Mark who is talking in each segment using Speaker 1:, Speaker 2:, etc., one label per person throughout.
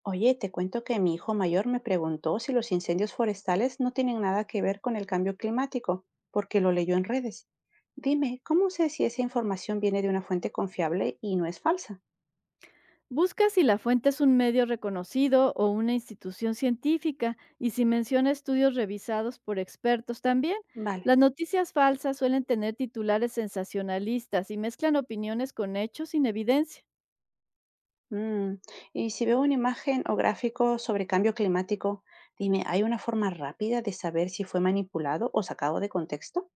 Speaker 1: Oye, te cuento que mi hijo mayor me preguntó si los incendios forestales no tienen nada que ver con el cambio climático, porque lo leyó en redes. Dime, ¿cómo sé si esa información viene de una fuente confiable y no es falsa?
Speaker 2: Busca si la fuente es un medio reconocido o una institución científica y si menciona estudios revisados por expertos también.
Speaker 1: Vale.
Speaker 2: Las noticias falsas suelen tener titulares sensacionalistas y mezclan opiniones con hechos sin evidencia.
Speaker 1: Mm. Y si veo una imagen o gráfico sobre cambio climático, dime, ¿hay una forma rápida de saber si fue manipulado o sacado de contexto?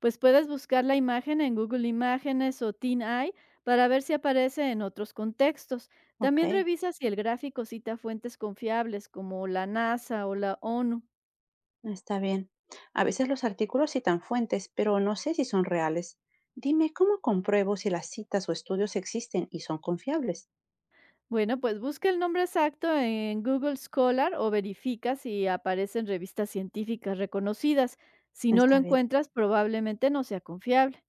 Speaker 2: Pues puedes buscar la imagen en Google Imágenes o TinEye para ver si aparece en otros contextos.
Speaker 1: Ok.
Speaker 2: También revisa si el gráfico cita fuentes confiables como la NASA o la ONU.
Speaker 1: Está bien. A veces los artículos citan fuentes, pero no sé si son reales. Dime, ¿cómo compruebo si las citas o estudios existen y son confiables?
Speaker 2: Bueno, pues busca el nombre exacto en Google Scholar o verifica si aparecen revistas científicas reconocidas. Si no lo
Speaker 1: Está bien,
Speaker 2: encuentras, probablemente no sea confiable.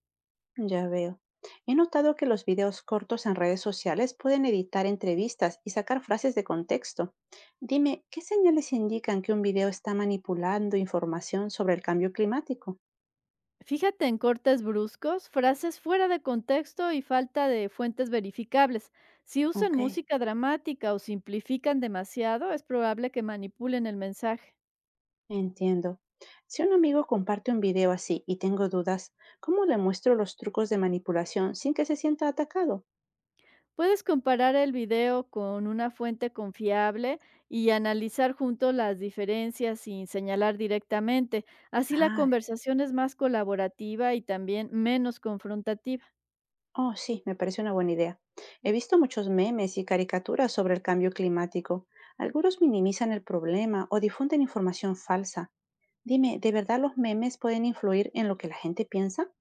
Speaker 1: ya veo. He notado que los videos cortos en redes sociales pueden editar entrevistas y sacar frases de contexto. Dime, ¿qué señales indican que un video está manipulando información sobre el cambio climático?
Speaker 2: Fíjate en cortes bruscos, frases fuera de contexto y falta de fuentes verificables. Si usan
Speaker 1: Ok.
Speaker 2: música dramática o simplifican demasiado, es probable que manipulen el mensaje.
Speaker 1: Entiendo. Si un amigo comparte un video así y tengo dudas, ¿cómo le muestro los trucos de manipulación sin que se sienta atacado?
Speaker 2: Puedes comparar el video con una fuente confiable y analizar juntos las diferencias sin señalar directamente. Así la
Speaker 1: Ah,
Speaker 2: conversación es más colaborativa y también menos confrontativa.
Speaker 1: oh sí, me parece una buena idea. He visto muchos memes y caricaturas sobre el cambio climático. Algunos minimizan el problema o difunden información falsa. Dime, ¿de verdad los memes pueden influir en lo que la gente piensa?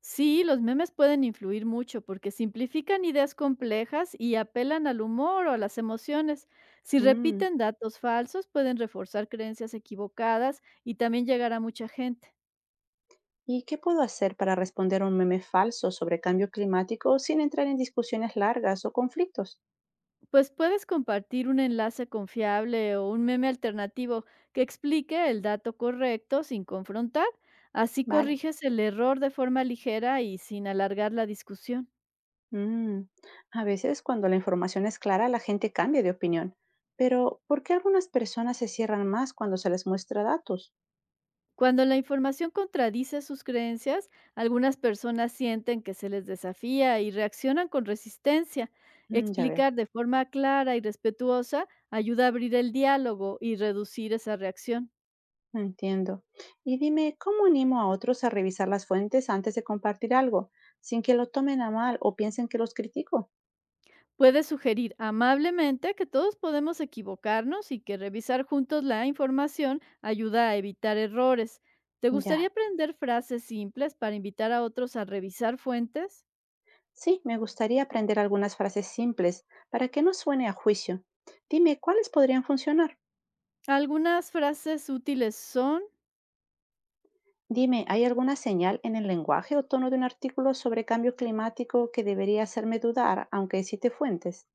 Speaker 2: Sí, los memes pueden influir mucho porque simplifican ideas complejas y apelan al humor o a las emociones. Si
Speaker 1: Mm.
Speaker 2: repiten datos falsos, pueden reforzar creencias equivocadas y también llegar a mucha gente.
Speaker 1: ¿Y qué puedo hacer para responder a un meme falso sobre cambio climático sin entrar en discusiones largas o conflictos?
Speaker 2: Pues puedes compartir un enlace confiable o un meme alternativo que explique el dato correcto sin confrontar. Así
Speaker 1: Vale.
Speaker 2: corriges el error de forma ligera y sin alargar la discusión.
Speaker 1: Mm, A veces cuando la información es clara, la gente cambia de opinión. Pero, ¿por qué algunas personas se cierran más cuando se les muestra datos?
Speaker 2: Cuando la información contradice sus creencias, algunas personas sienten que se les desafía y reaccionan con resistencia.
Speaker 1: Mm, ya veo,
Speaker 2: Explicar de forma clara y respetuosa ayuda a abrir el diálogo y reducir esa reacción.
Speaker 1: entiendo. Y dime, ¿cómo animo a otros a revisar las fuentes antes de compartir algo, sin que lo tomen a mal o piensen que los critico?
Speaker 2: Puedes sugerir amablemente que todos podemos equivocarnos y que revisar juntos la información ayuda a evitar errores. ¿Te gustaría
Speaker 1: Ya.
Speaker 2: aprender frases simples para invitar a otros a revisar fuentes?
Speaker 1: Sí, me gustaría aprender algunas frases simples para que no suene a juicio. Dime, ¿cuáles podrían funcionar?
Speaker 2: Algunas frases útiles son,
Speaker 1: Dime, ¿hay alguna señal en el lenguaje o tono de un artículo sobre cambio climático que debería hacerme dudar, aunque cite fuentes?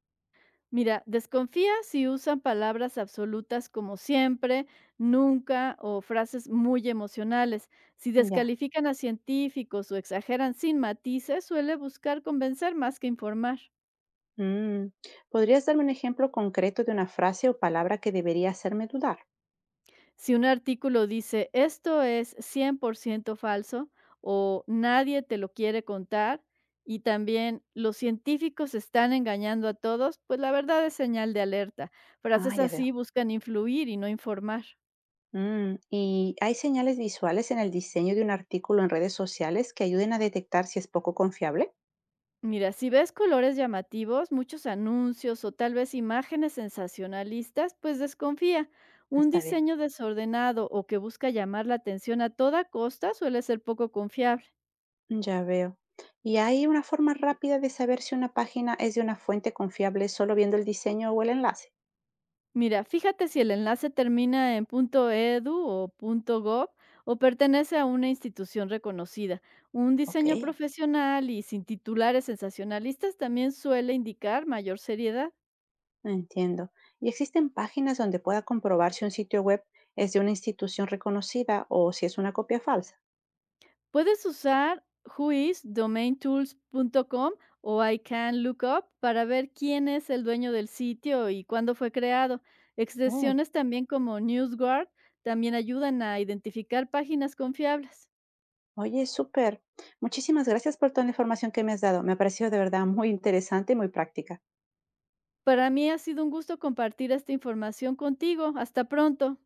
Speaker 2: mira, desconfía si usan palabras absolutas como siempre, nunca o frases muy emocionales. Si
Speaker 1: Ya.
Speaker 2: descalifican a científicos o exageran sin matices, suele buscar convencer más que informar.
Speaker 1: Mm. ¿Podrías darme un ejemplo concreto de una frase o palabra que debería hacerme dudar?
Speaker 2: Si un artículo dice esto es 100% falso o nadie te lo quiere contar y también los científicos están engañando a todos, pues la verdad es señal de alerta.
Speaker 1: Ah,
Speaker 2: Frases
Speaker 1: ya veo.
Speaker 2: así buscan influir y no informar.
Speaker 1: ¿Y hay señales visuales en el diseño de un artículo en redes sociales que ayuden a detectar si es poco confiable?
Speaker 2: Mira, si ves colores llamativos, muchos anuncios o tal vez imágenes sensacionalistas, pues desconfía. Un
Speaker 1: Está bien.
Speaker 2: diseño desordenado o que busca llamar la atención a toda costa suele ser poco confiable.
Speaker 1: Ya veo. ¿Y hay una forma rápida de saber si una página es de una fuente confiable solo viendo el diseño o el enlace?
Speaker 2: Mira, fíjate si el enlace termina en .edu o .gov o pertenece a una institución reconocida. Un
Speaker 1: Ok.
Speaker 2: diseño profesional y sin titulares sensacionalistas también suele indicar mayor seriedad.
Speaker 1: Entiendo. ¿Y existen páginas donde pueda comprobar si un sitio web es de una institución reconocida o si es una copia falsa?
Speaker 2: Puedes usar whoisdomaintools.com o I can look para ver quién es el dueño del sitio y cuándo fue creado.
Speaker 1: Oh,
Speaker 2: Extensiones también como NewsGuard también ayudan a identificar páginas confiables.
Speaker 1: oye, súper. Muchísimas gracias por toda la información que me has dado. Me ha parecido de verdad muy interesante y muy práctica.
Speaker 2: Para mí ha sido un gusto compartir esta información contigo. Hasta pronto.